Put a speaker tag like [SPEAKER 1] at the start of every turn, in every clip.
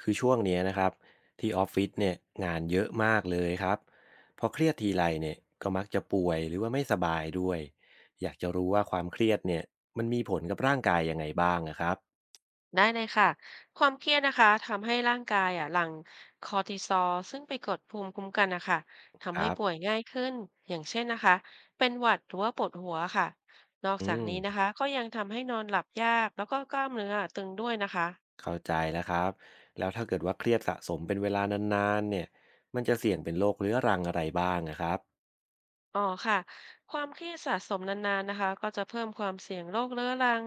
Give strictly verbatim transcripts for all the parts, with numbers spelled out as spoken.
[SPEAKER 1] คือช่วงเนี้ยนะครับที่ออฟฟิศเนี่ยงานเยอะมากเลยครับพอเครียดทีไรเนี่ยก็มักจะป่วยหรือว่าไม่สบายด้วยอยากจะรู้ว่าความเครียดเนี่ยมันมีผลกับร่างกายยังไงบ้างนะครับ
[SPEAKER 2] ได้เลยค่ะความเครียดนะคะทำให้ร่างกายอ่ะหลั่งคอร์ติซอลซึ่งไปกดภูมิคุ้มกันนะคะ
[SPEAKER 1] ค
[SPEAKER 2] ทำให้
[SPEAKER 1] รั
[SPEAKER 2] ป่วย
[SPEAKER 1] บ
[SPEAKER 2] ง่ายขึ้นอย่างเช่นนะคะเป็นหวัดหรือว่าปวดหัวค่ะนอก
[SPEAKER 1] อื
[SPEAKER 2] จากนี้นะ
[SPEAKER 1] ม
[SPEAKER 2] คะก็ยังทำให้นอนหลับยากแล้วก็กล้ามเนื้อตึงด้วยนะคะ
[SPEAKER 1] เข้าใจแล้วครับแล้วถ้าเกิดว่าเครียดสะสมเป็นเวลานานๆเนี่ยมันจะเสี่ยงเป็นโรคเรื้อรังอะไรบ้างนะครับ
[SPEAKER 2] อ๋อค่ะความเครียดสะสมนานๆนะคะก็จะเพิ่มความเสี่ยงโรคเรื้อรัง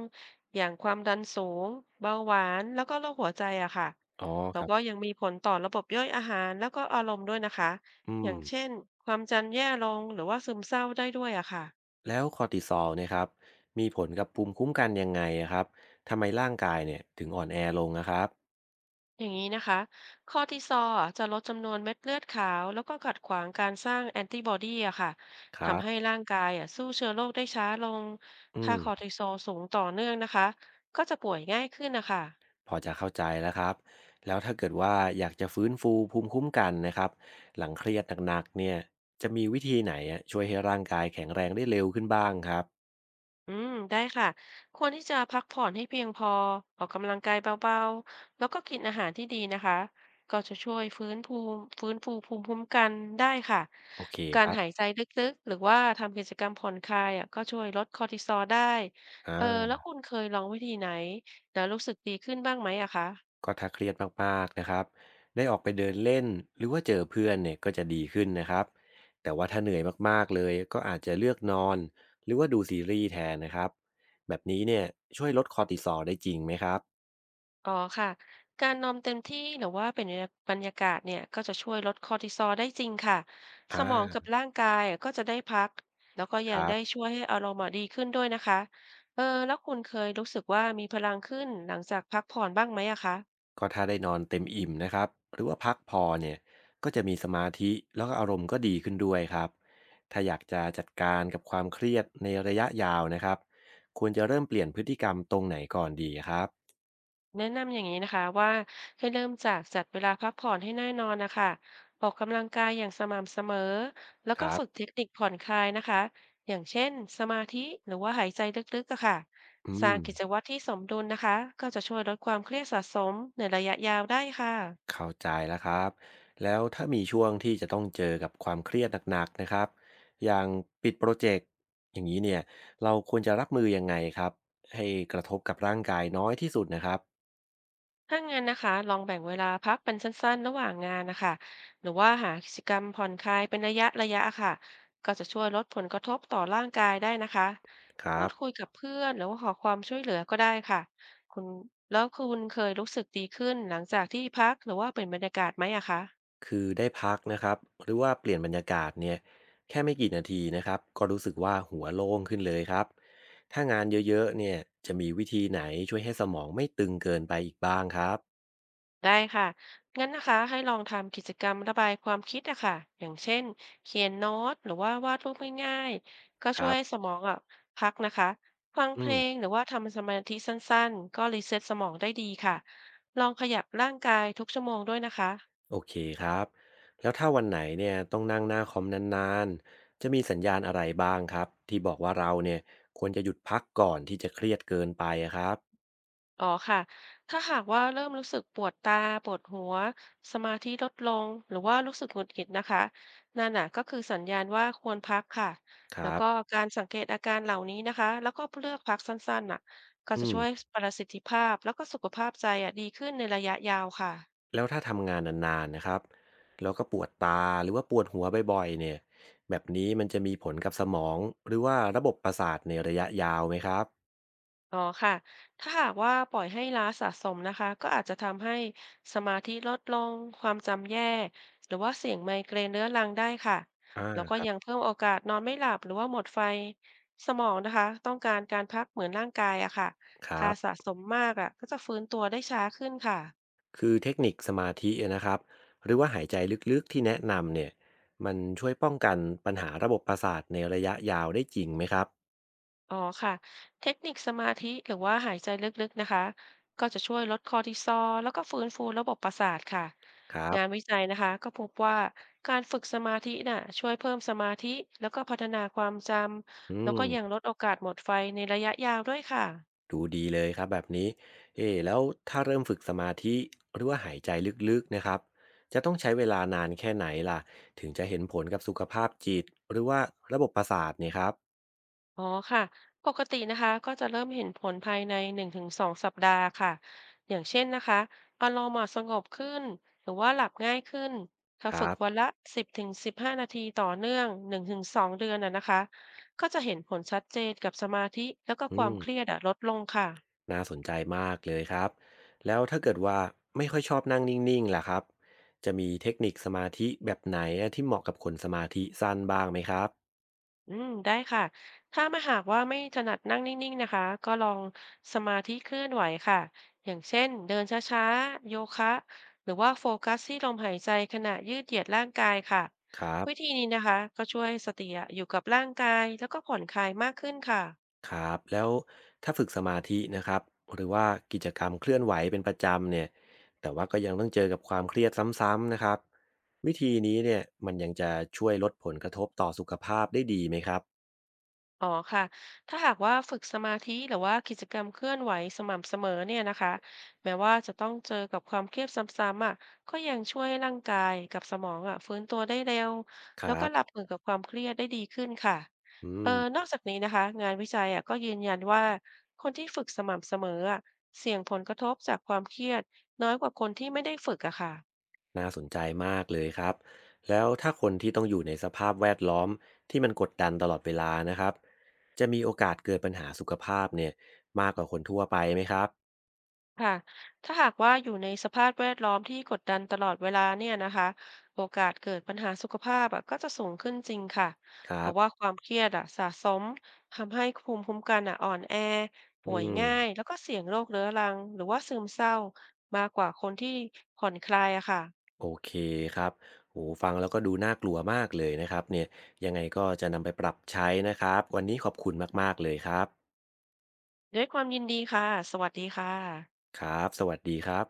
[SPEAKER 2] อย่างความดันสูงเบาหวานแล้วก็โรคหัวใจอะค่ะ
[SPEAKER 1] อ๋อ
[SPEAKER 2] แล้
[SPEAKER 1] ค
[SPEAKER 2] ว
[SPEAKER 1] รั
[SPEAKER 2] ก็
[SPEAKER 1] บ
[SPEAKER 2] ยังมีผลต่อระบบย่อยอาหารแล้วก็อารมณ์ด้วยนะคะ
[SPEAKER 1] อื
[SPEAKER 2] อ
[SPEAKER 1] ม
[SPEAKER 2] ย่างเช่นความจำแย่ลงหรือว่าซึมเศร้าได้ด้วยอะค่ะ
[SPEAKER 1] แล้วคอร์ติซอลเนี่ยครับมีผลกับภูมิคุ้มกันยังไงอะครับทำไมร่างกายเนี่ยถึงอ่อนแอลงนะครับ
[SPEAKER 2] อย่างนี้นะคะคอร์ติซอลอะจะลดจำนวนเม็ดเลือดขาวแล้วก็ขัดขวางการสร้างแอนติบอดีอะค่ะ
[SPEAKER 1] ครั
[SPEAKER 2] ทำให้
[SPEAKER 1] บ
[SPEAKER 2] ร่างกายอะสู้เชื้อโรคได้ช้าลง
[SPEAKER 1] อื
[SPEAKER 2] ถ้า
[SPEAKER 1] ม
[SPEAKER 2] คอร์ติซอลสูงต่อเนื่องนะคะก็จะป่วยง่ายขึ้นนะคะ
[SPEAKER 1] พอจะเข้าใจแล้วครับ แล้วถ้าเกิดว่าอยากจะฟื้นฟูภูมิคุ้มกันนะครับ หลังเครียดหนักๆเนี่ยจะมีวิธีไหนอะช่วยให้ร่างกายแข็งแรงได้เร็วขึ้นบ้างครับ
[SPEAKER 2] อืมได้ค่ะควรที่จะพักผ่อนให้เพียงพอออกกำลังกายเบาๆแล้วก็กินอาหารที่ดีนะคะก็จะช่วยฟื้นภูมิฟื้นฟูภูมิคุ้มกันได้ค่ะ
[SPEAKER 1] โอเค
[SPEAKER 2] กา
[SPEAKER 1] ค
[SPEAKER 2] ร
[SPEAKER 1] รั
[SPEAKER 2] หาย
[SPEAKER 1] บ
[SPEAKER 2] ใจลึกๆหรือว่าทำกิจกรรมผ่อนคลายอ่ะก็ช่วยลดคอร์ติซอลได้
[SPEAKER 1] อ่
[SPEAKER 2] เออแล้ว
[SPEAKER 1] า
[SPEAKER 2] คุณเคยลองวิธีไหนแล้วรู้สึกดีขึ้นบ้างไหมอะคะ
[SPEAKER 1] ก็ถ้าเครียดมากๆนะครับ ได้ออกไปเดินเล่นหรือว่าเจอเพื่อนเนี่ยก็จะดีขึ้นนะครับ แต่ว่าถ้าเหนื่อยมากๆเลยก็อาจจะเลือกนอนหรือว่าดูซีรีส์แทนนะครับแบบนี้เนี่ยช่วยลดคอร์ติซอลได้จริงไหมครับ
[SPEAKER 2] อ๋อค่ะ การนอนเต็มที่หรือว่าเป็นบรรยากาศเนี่ยก็จะช่วยลดคอร์ติซอลได้จริงค่ะ
[SPEAKER 1] อ่
[SPEAKER 2] สมองกั
[SPEAKER 1] า
[SPEAKER 2] บร่างกายอ่ะก็จะได้พัก แล้วก็
[SPEAKER 1] ค
[SPEAKER 2] ยัง
[SPEAKER 1] รับ
[SPEAKER 2] ได้ช่วยให้อารมณ์อ่ะดีขึ้นด้วยนะคะ เออแล้วคุณเคยรู้สึกว่ามีพลังขึ้นหลังจากพักผ่อนบ้างไหมอะคะ
[SPEAKER 1] ก็ถ้าได้นอนเต็มอิ่มนะครับหรือว่าพักพอเนี่ยก็จะมีสมาธิแล้วก็อารมณ์ก็ดีขึ้นด้วยครับถ้าอยากจะจัดการกับความเครียดในระยะยาวนะครับควรจะเริ่มเปลี่ยนพฤติกรรมตรงไหนก่อนดีครับ
[SPEAKER 2] แนะนำอย่างนี้นะคะว่าให้เริ่มจากจัดเวลาพักผ่อนให้แน่นอนนะคะออกกำลังกายอย่างสม่ำเสมอแล้ว
[SPEAKER 1] ค
[SPEAKER 2] ก็
[SPEAKER 1] รับ
[SPEAKER 2] ฝึกเทคนิคผ่อนคลายนะคะอย่างเช่นสมาธิหรือว่าหายใจลึกๆอะค่ะ
[SPEAKER 1] อื
[SPEAKER 2] สร้า
[SPEAKER 1] ม
[SPEAKER 2] งกิจวัตรที่สมดุลนะคะก็จะช่วยลดความเครียดสะสมในระยะยาวได้ค่ะ
[SPEAKER 1] เข้าใจแล้วครับแล้วถ้ามีช่วงที่จะต้องเจอกับความเครียดหนักๆนะครับอย่างปิดโปรเจกต์อย่างนี้เนี่ยเราควรจะรับมือยังไงครับให้กระทบกับร่างกายน้อยที่สุดนะครับ
[SPEAKER 2] ถ้างั้นนะคะลองแบ่งเวลาพักเป็นสั้นๆระหว่างงานนะคะหรือว่าหากิจกรรมผ่อนคลายเป็นระยะระยะค่ะก็จะช่วยลดผลกระทบต่อร่างกายได้นะคะ
[SPEAKER 1] ครั
[SPEAKER 2] พูด
[SPEAKER 1] บ
[SPEAKER 2] คุยกับเพื่อนหรือว่าขอความช่วยเหลือก็ได้ค่ะคุณแล้วคุณเคยรู้สึกดีขึ้นหลังจากที่พักหรือว่าเป็นบรรยากาศไหมอะคะ
[SPEAKER 1] คือได้พักนะครับหรือว่าเปลี่ยนบรรยากาศเนี่ยแค่ไม่กี่นาทีนะครับก็รู้สึกว่าหัวโล่งขึ้นเลยครับถ้างานเยอะๆเนี่ยจะมีวิธีไหนช่วยให้สมองไม่ตึงเกินไปอีกบ้างครับ
[SPEAKER 2] ได้ค่ะ งั้นนะคะให้ลองทำกิจกรรมระบายความคิดอะค่ะอย่างเช่นเขียนโน้ตหรือว่าวาดรูปง่ายๆก็
[SPEAKER 1] ค
[SPEAKER 2] ช่ว
[SPEAKER 1] รั
[SPEAKER 2] ยให้ส
[SPEAKER 1] บ
[SPEAKER 2] มองอะพักนะคะ ฟังเพ
[SPEAKER 1] อื
[SPEAKER 2] ล
[SPEAKER 1] ม
[SPEAKER 2] งหรือว่าทำสมาธิสั้นๆ ก็รีเซ็ตสมองได้ดีค่ะ ลองขยับร่างกายทุกชั่วโมงด้วยนะคะ
[SPEAKER 1] โอเคครับแล้วถ้าวันไหนเนี่ยต้องนั่งหน้าคอมนานๆจะมีสัญญาณอะไรบ้างครับที่บอกว่าเราเนี่ยควรจะหยุดพักก่อนที่จะเครียดเกินไปอะครับ
[SPEAKER 2] อ๋อค่ะถ้าหากว่าเริ่มรู้สึกปวดตาปวดหัวสมาธิลดลงหรือว่ารู้สึกหงุดหงิดนะคะนั่นน่ะก็คือสัญญาณว่าควรพักค่ะ
[SPEAKER 1] ค
[SPEAKER 2] แล้
[SPEAKER 1] รั
[SPEAKER 2] ว
[SPEAKER 1] บ
[SPEAKER 2] ก็การสังเกตอาการเหล่านี้นะคะแล้วก็เลือกพักสั้นๆน่ะก็
[SPEAKER 1] อื
[SPEAKER 2] จะช่วย
[SPEAKER 1] ม
[SPEAKER 2] ประสิทธิภาพแล้วก็สุขภาพใจอ่ะดีขึ้นในระยะยาวค่ะ
[SPEAKER 1] แล้วถ้าทำงานนานๆนะครับแล้วก็ปวดตาหรือว่าปวดหัวบ่อยๆเนี่ยแบบนี้มันจะมีผลกับสมองหรือว่าระบบประสาทในระยะยาวไหมครับ
[SPEAKER 2] อ๋อค่ะถ้าหากว่าปล่อยให้ล้าสะสมนะคะก็อาจจะทำให้สมาธิลดลงความจำแย่หรือว่าเสี่ยงไมเกรนเรื้อรังได้ค่ะ
[SPEAKER 1] อ่า
[SPEAKER 2] แล้วก็
[SPEAKER 1] ครั
[SPEAKER 2] ยัง
[SPEAKER 1] บ
[SPEAKER 2] เพิ่มโอกาสนอนไม่หลับหรือว่าหมดไฟสมองนะคะต้องการการพักเหมือนร่างกายอะค่ะ
[SPEAKER 1] ครั
[SPEAKER 2] ถ้า
[SPEAKER 1] บ
[SPEAKER 2] สะสมมากอะก็จะฟื้นตัวได้ช้าขึ้นค่ะ
[SPEAKER 1] คือเทคนิคสมาธินะครับหรือว่าหายใจลึกๆที่แนะนำเนี่ยมันช่วยป้องกันปัญหาระบบประสาทในระยะยาวได้จริงไหมครับ
[SPEAKER 2] อ๋อค่ะเทคนิคสมาธิหรือว่าหายใจลึกๆนะคะก็จะช่วยลดคอร์ติซอลแล้วก็ฟื้นฟูระบบประสาทค่ะ
[SPEAKER 1] ครั
[SPEAKER 2] งาน
[SPEAKER 1] บ
[SPEAKER 2] วิจัยนะคะก็พบว่าการฝึกสมาธิน่ะช่วยเพิ่มสมาธิแล้วก็พัฒนาความจ
[SPEAKER 1] อื
[SPEAKER 2] ำแล้วก็ยัง
[SPEAKER 1] ม
[SPEAKER 2] ลดโอกาสหมดไฟในระยะยาวด้วยค่ะ
[SPEAKER 1] ดูดีเลยครับแบบนี้เอ๊ะแล้วถ้าเริ่มฝึกสมาธิหรือว่าหายใจลึกๆนะครับจะต้องใช้เวลานานแค่ไหนล่ะถึงจะเห็นผลกับสุขภาพจิตหรือว่าระบบประสาทเนี่ยครับ
[SPEAKER 2] อ๋อค่ะปกตินะคะก็จะเริ่มเห็นผลภายในหนึ่งถึงสองสัปดาห์ค่ะอย่างเช่นนะคะอารมณ์อะสงบขึ้นหรือว่าหลับง่ายขึ้นถ้า
[SPEAKER 1] ค
[SPEAKER 2] ฝึ
[SPEAKER 1] รั
[SPEAKER 2] ก
[SPEAKER 1] บ
[SPEAKER 2] วันละสิบถึงสิบห้านาทีต่อเนื่องหนึ่งถึงสองเดือนน่ะนะคะก็จะเห็นผลชัดเจนกับสมาธิแล้วก็
[SPEAKER 1] อื
[SPEAKER 2] ควา
[SPEAKER 1] ม
[SPEAKER 2] มเครียดอะลดลงค่ะ
[SPEAKER 1] น่าสนใจมากเลยครับแล้วถ้าเกิดว่าไม่ค่อยชอบนั่งนิ่งๆล่ะครับจะมีเทคนิคสมาธิแบบไหนอะที่เหมาะกับคนสมาธิสั้นบ้างไหมครับ
[SPEAKER 2] อืมได้ค่ะ ถ้ามาหากว่าไม่ถนัดนั่งนิ่งๆนะคะก็ลองสมาธิเคลื่อนไหวค่ะ อย่างเช่นเดินช้าๆโยคะหรือว่าโฟกัสที่ลมหายใจขณะยืดเหยียดร่างกายค่ะ
[SPEAKER 1] ครั
[SPEAKER 2] วิธี
[SPEAKER 1] บ
[SPEAKER 2] นี้นะคะก็ช่วยให้สติอะอยู่กับร่างกายแล้วก็ผ่อนคลายมากขึ้นค่ะ
[SPEAKER 1] ครับแล้วถ้าฝึกสมาธินะครับหรือว่ากิจกรรมเคลื่อนไหวเป็นประจำเนี่ยแต่ว่าก็ยังต้องเจอกับความเครียดซ้ำๆนะครับวิธีนี้เนี่ยมันยังจะช่วยลดผลกระทบต่อสุขภาพได้ดีไหมครับ
[SPEAKER 2] อ๋อค่ะ ถ้าหากว่าฝึกสมาธิหรือว่ากิจกรรมเคลื่อนไหวสม่ำเสมอเนี่ยนะคะแม้ว่าจะต้องเจอกับความเครียดซ้ำๆอ่ะก็ยังช่วยให้ร่างกายกับสมองอ่ะฟื้นตัวได้เร็ว
[SPEAKER 1] ค
[SPEAKER 2] แล้
[SPEAKER 1] รั
[SPEAKER 2] วก็
[SPEAKER 1] บ
[SPEAKER 2] รับมือกับความเครียดได้ดีขึ้นค่ะ
[SPEAKER 1] อื
[SPEAKER 2] เออ
[SPEAKER 1] ม
[SPEAKER 2] นอกจากนี้นะคะงานวิจัยอ่ะก็ยืนยันว่าคนที่ฝึกสม่ำเสมออ่ะเสี่ยงผลกระทบจากความเครียดน้อยกว่าคนที่ไม่ได้ฝึกอะค่ะ
[SPEAKER 1] น่าสนใจมากเลยครับแล้วถ้าคนที่ต้องอยู่ในสภาพแวดล้อมที่มันกดดันตลอดเวลานะครับจะมีโอกาสเกิดปัญหาสุขภาพเนี่ยมากกว่าคนทั่วไปไหมครับ
[SPEAKER 2] ค่ะถ้าหากว่าอยู่ในสภาพแวดล้อมที่กดดันตลอดเวลาเนี่ยนะคะโอกาสเกิดปัญหาสุขภาพอะก็จะสูงขึ้นจริงค่ะ
[SPEAKER 1] ค
[SPEAKER 2] เพ
[SPEAKER 1] รั
[SPEAKER 2] ราะว่า
[SPEAKER 1] บ
[SPEAKER 2] ความเครียดอะสะสมทำให้ภูมิคุ้มกันอะอ่อนแอ
[SPEAKER 1] อื
[SPEAKER 2] ป่วย
[SPEAKER 1] ม
[SPEAKER 2] ง่ายแล้วก็เสี่ยงโรคเรื้อรังหรือว่าซึมเศร้ามากกว่าคนที่ผ่อนคลายอะค่ะ
[SPEAKER 1] โอเคครับโอฟังแล้วก็ดูน่ากลัวมากเลยนะครับเนี่ยยังไงก็จะนำไปปรับใช้นะครับ วันนี้ขอบคุณมากๆเลยครับ
[SPEAKER 2] ด้วยความยินดีค่ะ สวัสดีค่ะ
[SPEAKER 1] ครับ สวัสดีครับ